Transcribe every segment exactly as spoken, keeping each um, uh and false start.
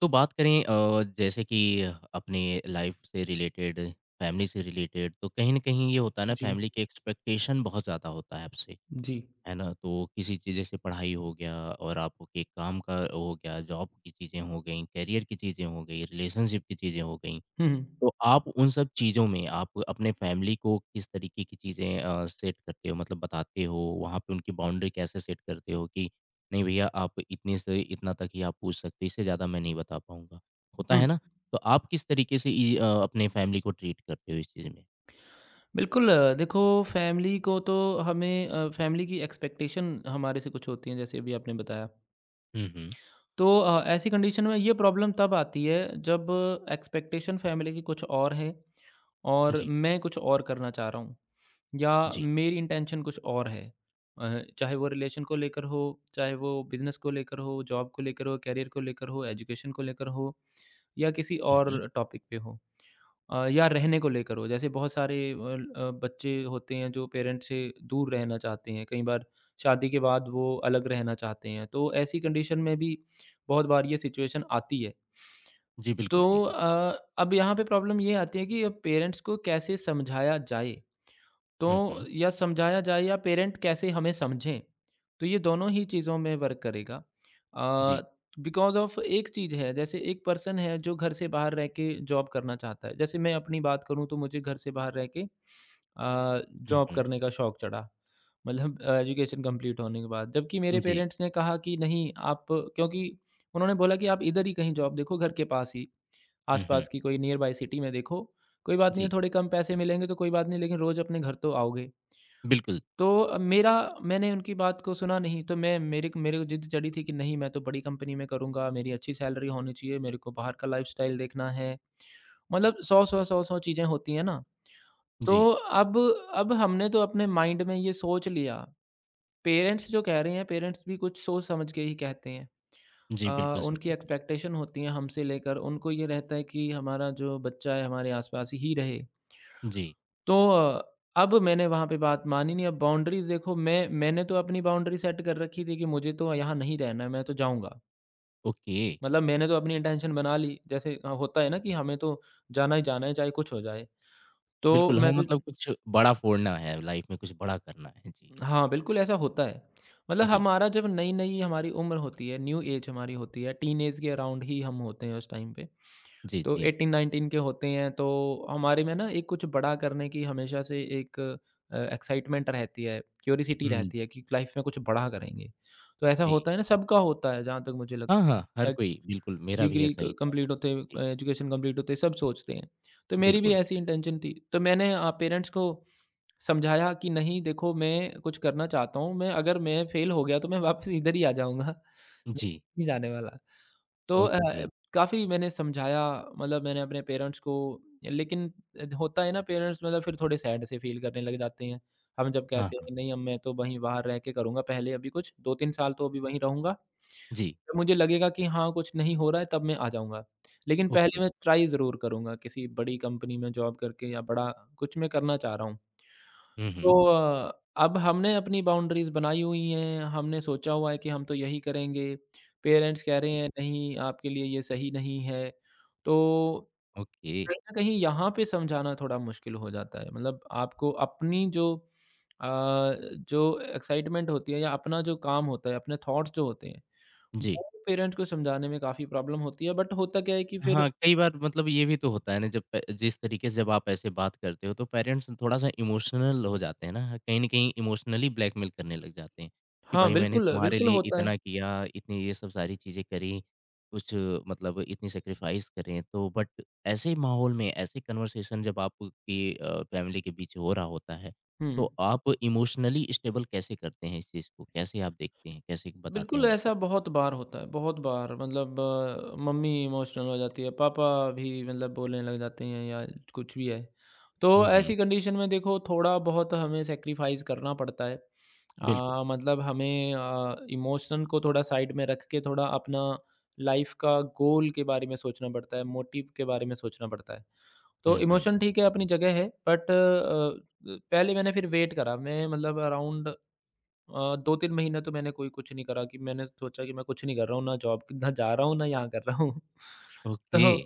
तो बात करें अ, जैसे कि अपने लाइफ से रिलेटेड, फैमिली से रिलेटेड, तो कहीं न कहीं ये होता है ना जी, फैमिली की एक्सपेक्टेशन बहुत ज़्यादा होता है आपसे, जी। है ना? तो किसी चीज़ जैसे पढ़ाई हो गया और आपके काम का हो गया, जॉब की चीज़ें हो गईं, करियर की चीज़ें हो गई, रिलेशनशिप की चीज़ें हो गईं। हुँ, हुँ। तो आप उन सब चीज़ों में आप अपने फैमिली को किस तरीके की चीज़ें अ, सेट करते हो मतलब बताते हो, वहाँ पे उनकी बाउंड्री कैसे सेट करते हो कि नहीं भैया आप इतने से इतना तक ही आप पूछ सकते हो, इससे ज़्यादा मैं नहीं बता पाऊँगा। होता हुँ, है ना? तो आप किस तरीके से इ अ, अपने फैमिली को ट्रीट करते हो इस चीज़ में? बिल्कुल अ, देखो फैमिली को तो हमें अ, फैमिली की एक्सपेक्टेशन हमारे से कुछ होती हैं जैसे अभी आपने बताया। हुँ, हुँ। तो अ, ऐसी कंडीशन में ये प्रॉब्लम तब आती है जब एक्सपेक्टेशन फैमिली की कुछ और है और जी, मैं कुछ और करना चाह रहा हूँ या जी। मेरी इंटेंशन कुछ और है। अ, चाहे वो रिलेशन को लेकर हो, चाहे वो बिज़नेस को लेकर हो, जॉब को लेकर हो, करियर को लेकर हो, एजुकेशन को लेकर हो या किसी हुँ, हुँ। और टॉपिक पे हो। अ, या रहने को लेकर हो, जैसे बहुत सारे अ, ल- अ, बच्चे होते हैं जो पेरेंट्स से दूर रहना चाहते हैं, कई बार शादी के बाद वो अलग रहना चाहते हैं, तो ऐसी कंडीशन में भी बहुत बार ये सिचुएशन आती है। जी, तो बिल्कुल सही कहा। अ, अब यहाँ पे प्रॉब्लम ये आती है कि अब पेरेंट्स को कैसे समझाया जाए, तो हुँ, हुँ। या समझाया जाए या पेरेंट कैसे हमें समझें। तो ये दोनों ही चीज़ों में वर्क करेगा। अ, जी। बिकॉज़ ऑफ़ एक चीज़ है, जैसे एक पर्सन है जो घर से बाहर रह के जॉब करना चाहता है। जैसे मैं अपनी बात करूँ, तो मुझे घर से बाहर रह के अ, हुँ, जॉब हुँ। करने का शौक चढ़ा, मतलब अ, एजुकेशन कंप्लीट होने के बाद। जबकि मेरे जी। पेरेंट्स ने कहा कि नहीं आप, क्योंकि उन्होंने बोला कि आप इधर ही कहीं जॉब देखो घर के पास ही। हुँ, हुँ। आस-पास की कोई नियर बाय सिटी में देखो, कोई बात नहीं है जी, थोड़े कम पैसे मिलेंगे तो कोई बात नहीं, लेकिन रोज़ अपने घर तो आओगे। बिल्कुल। तो अ, मेरा मैंने उनकी बात को सुना नहीं। तो मैं मेरे क मेरे को ज़िद चढ़ी थी कि नहीं, मैं तो बड़ी कंपनी में करूँगा, मेरी अच्छी सैलरी होनी चाहिए, मेरे को बाहर का लाइफ़स्टाइल देखना है। मतलब सौ सौ सौ सौ चीज़ें होती हैं ना। जी। तो अब अब हमने तो अपने माइंड में ये सोच लिया, पेरेंट्स जो कह रहे हैं पेरेंट्स भी कुछ सोच समझ के ही कहते हैं। जी, अ, बिल्कुल सही उनकी कहा आपने। एक्सपेक्टेशन होती है हमसे, लेकर उनको ये रहता है कि हमारा जो बच्चा है हमारे आस-पास ही रहे। जी, तो अ, अब मैंने वहाँ पे बात मानी नहीं, अब बाउंड्रीज़ देखो मैं मैंने तो अपनी बाउंड्री सेट कर रखी थी कि मुझे तो यहाँ नहीं रहना है, मैं तो जाऊँगा। ओके। मतलब मैंने तो अपनी इंटेंशन बना ली, जैसे अ, होता है ना कि हमें तो जाना ही जाना है, चाहे कुछ हो जाए। तो बिल्कुल, हाँ, मैं तो, मतलब कुछ बड़ा फोड़ना है लाइफ़ में, कुछ बड़ा करना है। जी, हाँ, बिल्कुल ऐसा होता है। मतलब जी, हमारा जब नई-नई हमारी उम्र होती है, न्यू ऐज हमारी होती है, टीनएज के अराउंड ही हम होते हैं उस टाइम पे। जी, तो जी। अठारह उन्नीस के होते हैं, तो हमारे में ना एक कुछ बड़ा करने की हमेशा से एक अ, एक्साइटमेंट रहती है, क्यूरियोसिटी हुँ, रहती है कि लाइफ में कुछ बड़ा करेंगे। तो ऐसा जी। होता है ना, सबका होता है जहाँ तक मुझे हाँ, लगता हाँ, है। हर एज कोई बिल्कुल, मेरा भी डिग्री ऐसा क ही था। कंप्लीट होते जी, एजुकेशन कंप्लीट होते सब सोचते हैं। तो मेरी भी बिल्कुल। ऐसी इंटेंशन थी। तो मैंने अ, पेरेंट्स को समझाया कि नहीं देखो मैं कुछ करना चाहता हूँ, मैं अगर मैं फेल हो गया तो मैं वापस इधर ही आ जाऊँगा, मैं जी, नहीं जाने वाला। तो अ, ओके। काफ़ी मैंने समझाया, मतलब मैंने अपने पेरेंट्स को, लेकिन होता है ना, पेरेंट्स मतलब फिर थोड़े सैड से फील करने लग जाते हैं। हम जब हाँ, कहते हैं हाँ। कि नहीं अब मैं तो वहीं बाहर रह के करूँगा, पहले अभी कुछ दो तीन साल तो अभी वहीं रहूँगा। जी, जब मुझे लगेगा कि हाँ, कुछ नहीं हो रहा है, तब मैं आ जाऊँगा। लेकिन ओके। पहले मैं ट्राई ज़रूर करूँगा, किसी बड़ी कंपनी में जॉब करके या बड़ा कुछ मैं करना चाह रहा हूँ। हुँ, हुँ। तो अ, अब हमने अपनी बाउंड्रीज़ बनाई हुई हैं, हमने सोचा हुआ है कि हम तो यही करेंगे, पेरेंट्स कह रहे जी, हैं नहीं आपके लिए ये सही नहीं है, तो ओके। कहीं न कहीं यहाँ पे समझाना थोड़ा मुश्किल हो जाता है। मतलब आपको अपनी जो अ, जो एक्साइटमेंट होती है या अपना जो काम होता है, अपने थॉट्स जो होते हैं, जी। वो पेरेंट्स को समझाने में काफ़ी प्रॉब्लम होती है, बट होता क्या है कि फिर, हाँ, कई बार मतलब ये भी तो होता है ना जब प जिस तरीके से जब आप ऐसे बात करते हो तो पेरेंट्स थोड़ा-सा इमोशनल हो जाते हैं ना, हाँ, कहीं न कहीं इमोशनली ब्लैकमेल करने लग जाते हैं, कि हाँ, भाई मैंने बिल्कुल, तुम्हारे बिल्कुल लिए होता है। इतना किया, इतनी ये सब सारी चीज़ें करी, कुछ मतलब इतनी सैक्रिफाइस करें तो बट ऐसे माहौल में ऐसे कन्वर्सेशन जब आपकी अ, फैमिली के बीच हो रहा होता है, हुँ। तो आप इमोशनली स्टेबल कैसे करते हैं इस चीज़ को? कैसे आप देखते हैं? कैसे बताते हैं बिल्कुल, उनको? ऐसा बहुत बार होता है, बहुत बार मतलब अ, मम्मी इमोशनल हो जाती है, पापा भी मतलब बोलने लग जाते हैं या कुछ भी है। तो हुँ, हुँ, ऐसी कंडीशन में देखो थोड़ा बहुत हमें सैक्रिफ़ाइस करना पड़ता है। बिल्कुल। अ, मतलब हमें अ, इमोशन को थोड़ा साइड में रख के थोड़ा अपना लाइफ़ का गोल के बारे में सोचना पड़ता है, मोटिव के बारे में सोचना पड़ता है। तो हुँ, हुँ, इमोशन ठीक है, अपनी जगह है, बट अ, पहले मैंने फिर वेट करा, मैं मतलब अराउंड अ, दो तीन महीने तो मैंने कोई कुछ नहीं करा, कि मैंने सोचा कि मैं कुछ नहीं कर रहा हूँ, ना जॉब ना जा रहा हूँ, ना यहाँ कर रहा हूँ। ओके। तो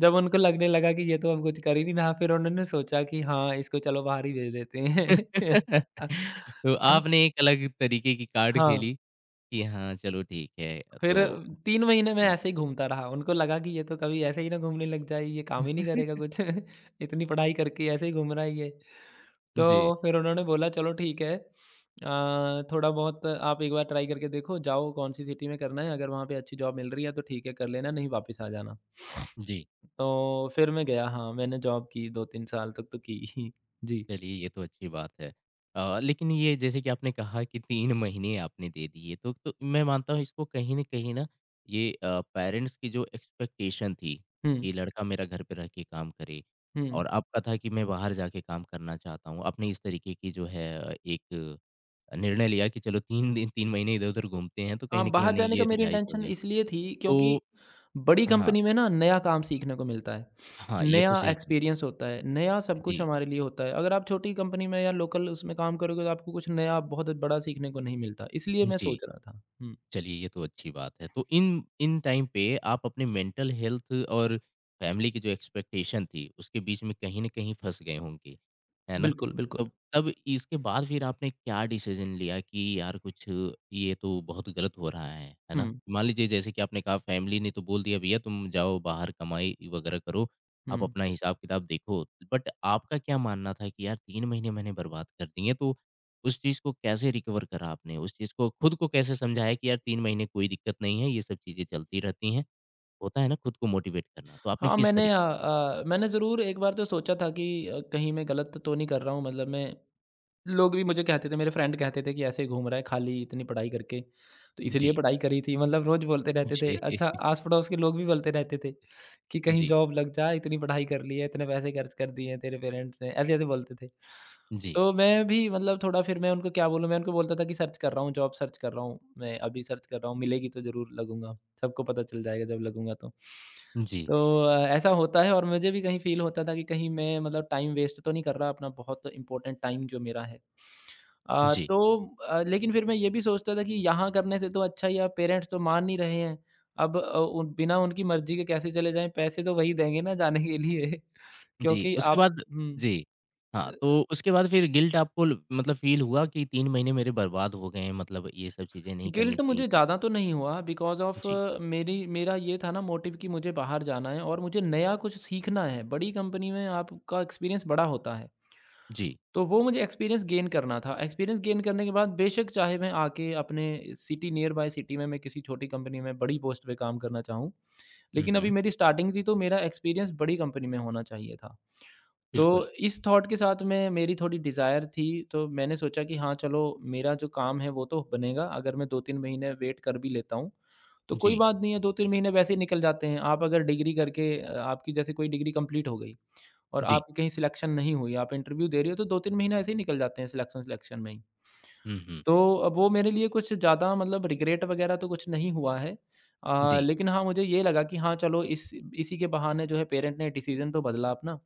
जब उनको लगने लगा कि ये तो अब कुछ कर ही नहीं रहा, फिर उन्होंने सोचा कि हाँ, इसको चलो बाहर ही भेज देते हैं। तो आपने एक अलग तरीके की कार्ड हाँ। खेली कि हाँ, चलो ठीक है फिर तो तीन महीने मैं हुँ, ऐसे ही घूमता रहा। उनको लगा कि ये तो कभी ऐसे ही ना घूमने लग जाए, ये काम ही नहीं करेगा कुछ। इतनी पढ़ाई करके ऐसे ही घूम रहा है ये। जी। तो फिर उन्होंने बोला चलो ठीक है, अ, थोड़ा बहुत आप एक बार ट्राई करके देखो, जाओ कौन सी सिटी में करना है, अगर वहाँ पे अच्छी जॉब मिल रही है तो ठीक है कर लेना, नहीं वापस आ जाना। जी, तो फिर मैं गया, हाँ, मैंने जॉब की दो तीन साल तक तो की ही। जी। चलिए ये तो अच्छी बात है। अ, लेकिन ये जैसे कि आपने कहा कि तीन महीने आपने दे दिए तो तो मैं मानता हूँ इसको कहीं न कहीं ना ये अ, पेरेंट्स की जो एक्सपेक्टेशन थी हुँ, कि लड़का मेरा घर पे रह के काम करे हुँ। और आपका था कि मैं बाहर जाके काम करना चाहता हूँ। आपने इस तरीके की जो है अ, एक निर्णय लिया कि चलो तीन दिन तीन महीने इधर-उधर घूमते हैं तो कहीं हाँ, न कहीं बाहर उन्हें जाने का ये मेरी रियलाइज़ हो इंटेंशन गया। इसलिए थी क्योंकि तो बड़ी हाँ, कंपनी में ना नया काम सीखने को मिलता है, हाँ, ये नया तो सही कहा। एक्सपीरियंस होता है, नया सब कुछ जी, हमारे लिए होता है। अगर आप छोटी कंपनी में या लोकल उसमें काम करोगे तो आपको कुछ नया बहुत बड़ा सीखने को नहीं मिलता, इसलिए मैं जी, सोच रहा था। हुँ, चलिए ये तो अच्छी बात है। तो इन इन टाइम पे आप अपने मेंटल हेल्थ और फैमिली की जो एक्सपेक्टेशन थी, उसके बीच में कहीं न कहीं फँस गए होंगे, है ना? बिल्कुल, बिल्कुल। तब तब इसके बाद फिर आपने क्या डिसीज़न लिया कि यार कुछ ये तो बहुत गलत हो रहा है, है ना? हुँ, मान लीजिए जैसे कि आपने कहा फैमिली ने तो बोल दिया भैया तुम जाओ बाहर कमाई वगैरह करो, आप हुँ। अपना हिसाब-किताब देखो। बट आपका क्या मानना था कि यार तीन महीने मैंने बर्बाद कर दिए तो उस चीज़ को कैसे रिकवर करा आपने? उस चीज़ को खुद को कैसे समझाया कि यार तीन महीने कोई दिक्कत नहीं है, ये सब चीज़ें चलती रहती हैं? होता है ना खुद को मोटिवेट करना, तो आपने हाँ, किस मैंने अ तरीके से अ, मैंने ज़रूर एक बार तो सोचा था कि अ, कहीं मैं गलत तो नहीं कर रहा हूँ, मतलब मैं, लोग भी मुझे कहते थे, मेरे फ्रेंड कहते थे कि ऐसे ही घूम रहा है खाली, इतनी पढ़ाई करके, तो जी, इसीलिए पढ़ाई करी थी मतलब, रोज़ बोलते रहते थे। जी, अच्छा, आस-पड़ोस के लोग भी बोलते रहते थे कि कहीं जी, जॉब लग जा, इतनी पढ़ाई कर ली है, इतने पैसे खर्च कर दिए हैं तेरे पेरेंट्स ने, ऐसे-ऐसे बोलते थे। जी, तो मैं भी, मतलब थोड़ा फिर मैं उनको क्या बोलूँ, मैं उनको बोलता था कि सर्च कर रहा हूँ, जॉब सर्च कर रहा हूँ, मैं अभी सर्च कर रहा हूँ, मिलेगी तो ज़रूर लगूँगा, सबको पता चल जाएगा जब लगूँगा तो। जी, तो अ, ऐसा होता है, और मुझे भी कहीं फ़ील होता था कि कहीं मैं मतलब टाइम वेस्ट तो नहीं कर रहा अपना बहुत इम्पोर्टेंट टाइम जो मेरा है। अ, जी, तो अ, लेकिन फिर मैं ये भी सोचता था कि यहाँ करने से तो अच्छा ही है, पेरेंट्स तो मान नहीं रहे हैं। अब अ, उन बिना उनकी मर्ज़ी के कैसे चले जाएँ, पैसे तो वही देंगे ना जाने के लिए। जी, क्योंकि उसके आप, बाद हुँ। जी, हाँ, तो उसके बाद फिर गिल्ट आपको ल मतलब फ़ील हुआ कि तीन महीने मेरे बर्बाद हो गए हैं, मतलब ये सब चीज़ें नहीं करनी गिल्ट चाहिए मुझे थी? ज़्यादा तो नहीं हुआ, बिकॉज़ ऑफ़ जी, मेरी मेरा ये था ना मोटिव कि मुझे बाहर जाना है और मुझे नया कुछ सीखना है। बड़ी कंपनी में आपका एक्सपीरियंस बड़ा होता है। जी, तो वो मुझे एक्सपीरियंस गेन करना था। एक्सपीरियंस गेन करने के बाद बेशक चाहे मैं आके अपने सिटी, नियर बाय सिटी में मैं किसी छोटी कंपनी में बड़ी पोस्ट पे काम करना चाहूँ। हुँ, लेकिन अभी हुँ, मेरी स्टार्टिंग थी, तो मेरा एक्सपीरियंस बड़ी कंपनी में होना चाहिए था। तो बिल्कुल, इस थॉट के साथ में मेरी थोड़ी डिज़ायर थी, तो मैंने सोचा कि हाँ, चलो मेरा जो काम है वो तो बनेगा, अगर मैं दो तीन महीने वेट कर भी लेता हूँ, तो कोई जी, बात नहीं है, दो तीन महीने वैसे ही निकल जाते हैं। आप अगर डिग्री करके अ, आपकी जैसे कोई डिग्री कंप्लीट हो गई और जी, आपकी कहीं सिलेक्शन नहीं हुई, आप इंटरव्यू दे रही हो, तो दो तीन महीने ऐसे ही निकल जाते हैं सिलेक्शन सिलेक्शन में ही। हुँ, हुँ, तो अब वो मेरे लिए कुछ ज़्यादा, मतलब रिग्रेट वगैरह तो कुछ नहीं हुआ है। अ, जी, लेकिन हाँ, मुझे ये लगा कि हाँ, चलो इस इसी के बहाने जो है पेरेंट ने डिसीज़न तो बदला अपना। अ,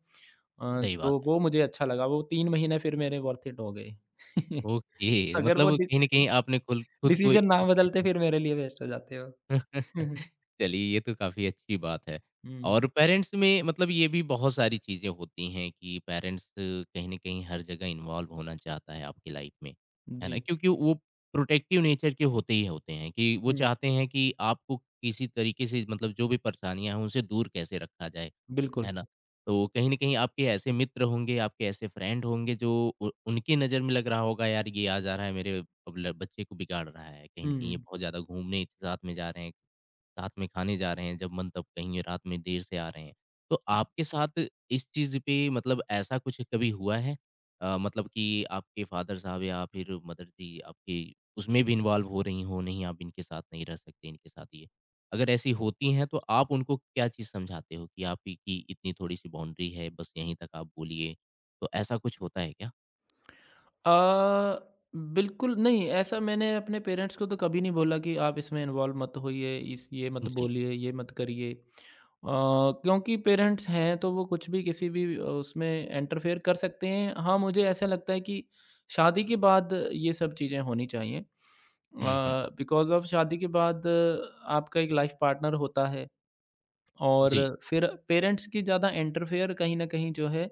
सही बात तो है। वो मुझे अच्छा लगा, वो तीन महीने फिर मेरे वर्थ इट हो गए। ओके, अगर वो मतलब डि कहीं न कहीं आपने खुल खुद को डिसीज़न ना इस चीज़ बदलते में फिर मेरे लिए वेस्ट हो जाते वो। हुँ, हुँ। चलिए ये तो काफ़ी अच्छी बात है। और पेरेंट्स में मतलब ये भी बहुत सारी चीज़ें होती हैं कि पेरेंट्स कहीं न कहीं हर जगह इन्वॉल्व होना चाहता है आपकी लाइफ में, है जी। ना? क्योंकि वो प्रोटेक्टिव नेचर के होते ही होते हैं कि वो हुँ, चाहते हैं कि आपको किसी तरीके से मतलब जो भी परेशानियाँ हैं उनसे दूर कैसे रखा जाए, बिल्कुल। है ना? तो कहीं न कहीं आपके ऐसे मित्र होंगे, आपके ऐसे फ्रेंड होंगे जो उ उनकी नज़र में लग रहा होगा यार ये आ जा रहा है मेरे अब ल बच्चे को बिगाड़ रहा है, कहीं न कहीं ये हुँ। बहुत ज़्यादा घूमने साथ में जा रहे हैं, साथ में खाने जा रहे हैं, जब मन तब कहीं रात में देर से आ रहे हैं। तो आपके साथ इस चीज़ पे मतलब ऐसा कुछ कभी हुआ है? अ, मतलब कि आपके फ़ादर साहब या फिर मदर जी आपकी उसमें भी इन्वॉल्व हो रही हों, नहीं आप इनके साथ नहीं रह सकते, इनके साथ ये। अगर ऐसी होती हैं तो आप उनको क्या चीज़ समझाते हो कि आप ही की इतनी थोड़ी-सी बाउंड्री है, बस यहीं तक आप बोलिए? तो ऐसा कुछ होता है क्या? अ, बिल्कुल नहीं, ऐसा मैंने अपने पेरेंट्स को तो कभी नहीं बोला कि आप इसमें इन्वॉल्व मत होइए, इस ये मत जी। बोलिए, ये मत करिए। अ, क्योंकि पेरेंट्स हैं तो वो कुछ भी, किसी भी अ, उसमें इंटरफेयर कर सकते हैं। हाँ, मुझे ऐसा लगता है कि शादी के बाद ये सब चीज़ें होनी चाहिए। हुँ, हुँ। बिकॉज़ ऑफ़ शादी के बाद आ, आपका एक लाइफ पार्टनर होता है जी। और फिर पेरेंट्स की ज़्यादा इंटरफेयर कहीं न कहीं जो है,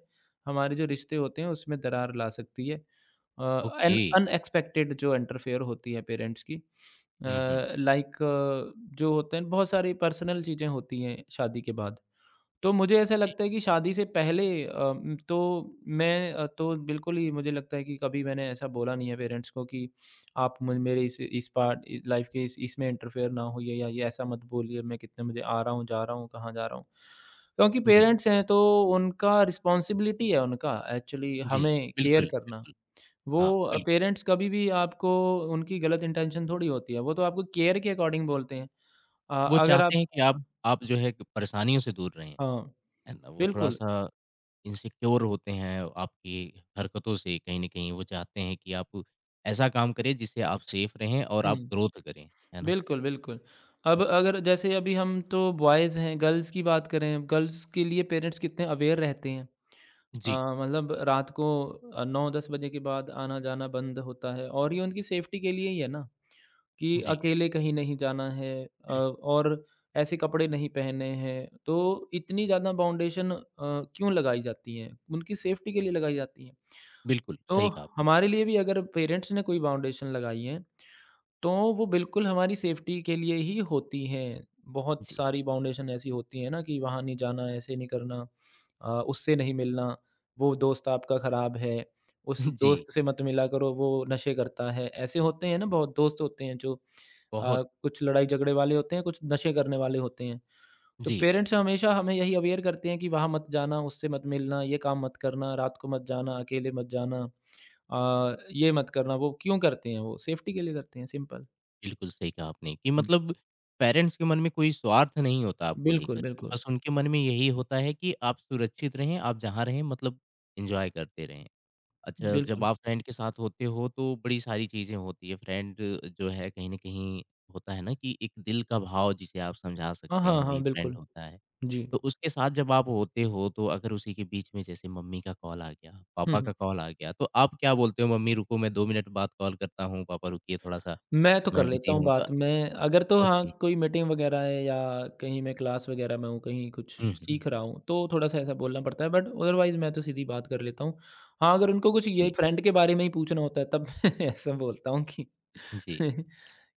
हमारे जो रिश्ते होते हैं उसमें दरार ला सकती है। Uh, okay. एन अनएक्सपेक्टेड जो इंटरफेयर होती है पेरेंट्स की। अ, हुँ, हुँ। लाइक जो होते हैं, बहुत सारी पर्सनल चीज़ें होती हैं शादी के बाद। तो मुझे ऐसा जी, लगता है कि शादी से पहले अम, तो मैं अ, तो बिल्कुल ही मुझे लगता है कि कभी मैंने ऐसा बोला नहीं है पेरेंट्स को कि आप मुझ मेरे इस इस पार्ट, लाइफ के इस इसमें इंटरफेयर ना होइए, या ये ऐसा मत बोलिए मैं कितने बजे आ रहा हूँ, जा रहा हूँ, कहाँ जा रहा हूँ, क्योंकि जी, पेरेंट्स हैं तो उनका रिस्पॉन्सिबिलिटी है, उनका एक्चुअली जी। हमें केयर बिल्कुल, करना। बिल्कुल। वो हाँ, बिल्कुल। पेरेंट्स कभी भी आपको, उनकी गलत इंटेंशन थोड़ी होती है, वो तो आपको केयर के अकॉर्डिंग बोलते हैं। अ, वो अगर चाहते आप, हैं कि आप आप जो है कि परेशानियों से दूर रहें, हाँ है ना? वो बिल्कुल, थोड़ा-सा इनसिक्योर होते हैं आपकी हरकतों से कहीं न कहीं। वो चाहते हैं कि आप ऐसा काम करें जिससे आप सेफ रहें और आप हुँ। ग्रोथ करें, है ना? बिल्कुल, बिल्कुल। अब जी, अगर जैसे अभी हम तो बॉयज़ हैं, गर्ल्स की बात करें, गर्ल्स के लिए पेरेंट्स कितने अवेयर रहते हैं। जी, अ, मतलब रात को अ, नौ दस बजे के बाद आना-जाना बंद होता है, और ये उनकी सेफ्टी के लिए ही है ना, कि जी। अकेले कहीं नहीं जाना है, अ, और ऐसे कपड़े नहीं पहनने हैं। तो इतनी ज़्यादा बाउंडेशन अ, क्यों लगाई जाती हैं? उनकी सेफ्टी के लिए लगाई जाती हैं। बिल्कुल, तो सही कहा आपने। हमारे लिए भी अगर पेरेंट्स ने कोई बाउंडेशन लगाई है तो वो बिल्कुल हमारी सेफ्टी के लिए ही होती हैं। बहुत जी, सारी बाउंडेशन ऐसी होती है ना कि वहाँ नहीं जाना, ऐसे नहीं करना, अ, उससे नहीं मिलना, वो दोस्त आपका ख़राब है, उस जी, दोस्त से मत मिला करो, वो नशे करता है। ऐसे होते हैं ना, बहुत दोस्त होते हैं जो अ, बहुत कुछ लड़ाई झगड़े वाले होते हैं, कुछ नशे करने वाले होते हैं। तो जी, पेरेंट्स हमेशा हमें यही अवेयर करते हैं कि वहाँ मत जाना, उससे मत मिलना, ये काम मत करना, रात को मत जाना, अकेले मत जाना, अ, ये मत करना। वो क्यों करते हैं वो? सेफ्टी के लिए करते हैं, सिंपल। बिल्कुल सही कहा आपने कि मतलब पेरेंट्स के मन में कोई स्वार्थ नहीं होता आपको बिल्कुल, लेकर के, बिल्कुल। बस उनके मन में यही होता है कि आप सुरक्षित रहें, आप जहाँ रहें मतलब एन्जॉय करते रहें। अच्छा, जब बिल्कुल। आप फ्रेंड के साथ होते हो तो बड़ी सारी चीज़ें होती है। फ्रेंड जो है कहीं न कहीं होता है ना कि एक दिल का भाव जिसे आप समझा हाँ, सकते हैं हाँ, वही हाँ, फ्रेंड बिल्कुल। होता है। जी। तो उसके साथ जब आप होते हो तो अगर उसी के बीच में जैसे मम्मी का कॉल आ गया, हुँ, पापा का हुँ। कॉल आ गया, तो आप क्या बोलते हो मम्मी रुको मैं दो मिनट बाद कॉल करता हूँ, पापा रुकिए थोड़ा-सा मैं तो मैं कर बिज़ी लेता हूँ हूँ तो बात, मैं अगर, तो हाँ, ओके। कोई मीटिंग वगैरह है या कहीं मैं क्लास वगैरह में हूँ, कहीं कुछ हुँ, हुँ। सीख रहा हूँ, तो थोड़ा-सा ऐसा बोलना पड़ता है, बट अदरवाइज़ मैं तो सीधी बात कर लेता हूँ। हाँ, अगर उनको कुछ ये जी, फ्रेंड के बारे में ही पूछना होता है तब, ऐसा बोलता हूँ कि जी।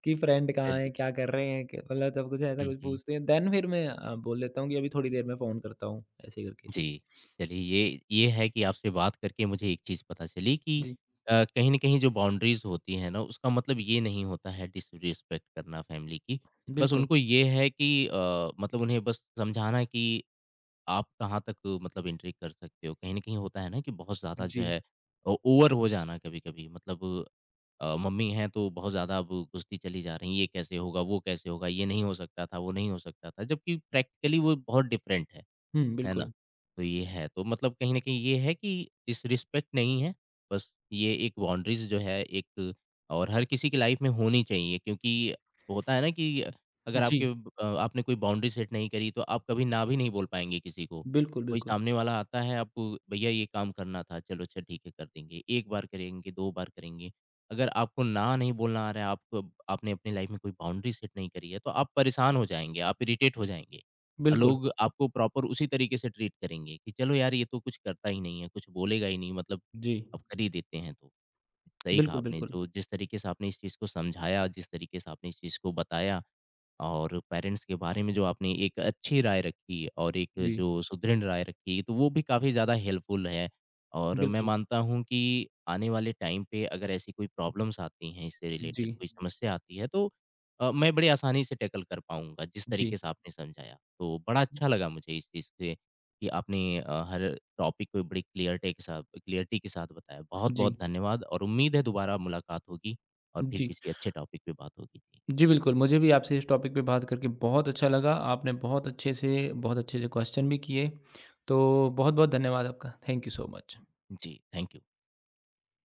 कि फ्रेंड कहाँ है, चलिए। क्या कर रहे हैं, क मतलब तब कुछ ऐसा हुँ, कुछ हुँ। पूछते हैं, देन फिर मैं अ, बोल देता हूँ कि अभी थोड़ी देर में फ़ोन करता हूँ, ऐसे करके। जी, चलिए ये ये है कि आपसे बात करके मुझे एक चीज़ पता चली कि जी, अ, कहीं न कहीं जो बाउंड्रीज़ होती हैं ना, उसका मतलब ये नहीं होता है डिसरिस्पेक्ट करना फैमिली की। बस बिल्कुल। उनको ये है कि अ, मतलब उन्हें बस समझाना कि आप कहाँ तक मतलब एंट्री कर सकते हो। कहीं न कहीं होता है ना कि बहुत ज़्यादा जो जी। है ओ ओवर हो जाना कभी-कभी मतलब अ, मम्मी हैं तो बहुत ज़्यादा अब घुसती चली जा रही हैं, ये कैसे होगा, वो कैसे होगा, ये नहीं हो सकता था, वो नहीं हो सकता था। जबकि प्रैक्टिकली वो बहुत डिफरेंट है। हुँ, है ना? बिल्कुल। तो ये है, तो मतलब कहीं न कहीं ये है कि डिसरिस्पेक्ट नहीं है, बस ये एक बाउंड्रीज़ जो है एक और हर किसी की लाइफ़ में होनी चाहिए क्योंकि होता है ना कि अगर हुँ। जी। आपके अ, आपने कोई बाउंड्री सेट नहीं करी तो आप कभी ना भी नहीं बोल पाएँगे किसी को। बिल्कुल, कोई बिल्कुल। सामने वाला आता है आपको भैया ये काम करना था, चलो अच्छा ठीक है कर देंगे, एक बार करेंगे, दो बार करेंगे। अगर आपको ना नहीं बोलना आ रहा है, आपको आपने अपनी लाइफ़ में कोई बाउंड्री सेट नहीं करी है, तो आप परेशान हो जाएँगे, आप इरिटेट हो जाएँगे। बिल्कुल, लोग आपको प्रॉपर उसी तरीके से ट्रीट करेंगे कि चलो यार ये तो कुछ करता ही नहीं है, कुछ बोलेगा ही नहीं मतलब जी। आप कर ही देते हैं तो। सही कहा बिल्कुल, आपने बिल्कुल। जो जिस तरीके से आपने इस चीज़ को समझाया, जिस तरीके से आपने इस चीज़ को बताया और पेरेंट्स के बारे में जो आपने एक अच्छी राय रखी और एक जी, जो सुदृढ़ राय रखी, तो वो भी काफ़ी ज़्यादा हेल्पफुल है। और मैं बिल्कुल। मानता हूँ कि आने वाले टाइम पे अगर ऐसी कोई प्रॉब्लम्स आती हैं, इससे जी, रिलेटेड कोई समस्या आती है, तो अ, मैं बड़ी आसानी से टैकल कर पाऊँगा, जिस जी, तरीके से आपने समझाया। तो बड़ा अच्छा लगा मुझे इस चीज़ से कि आपने अ, हर टॉपिक को बड़ी क्लियरटी के साथ क्लियरटी के साथ बताया। बहुत-बहुत जी, धन्यवाद और उम्मीद है दोबारा मुलाकात होगी और फिर जी। किसी अच्छे टॉपिक पे बात होगी। जी, बिल्कुल, मुझे भी आपसे इस टॉपिक पे बात करके बहुत अच्छा लगा। आपने बहुत अच्छे से बहुत अच्छे से क्वेश्चन भी किए। तो बहुत-बहुत धन्यवाद आपका। Thank you so much. जी, थैंक यू।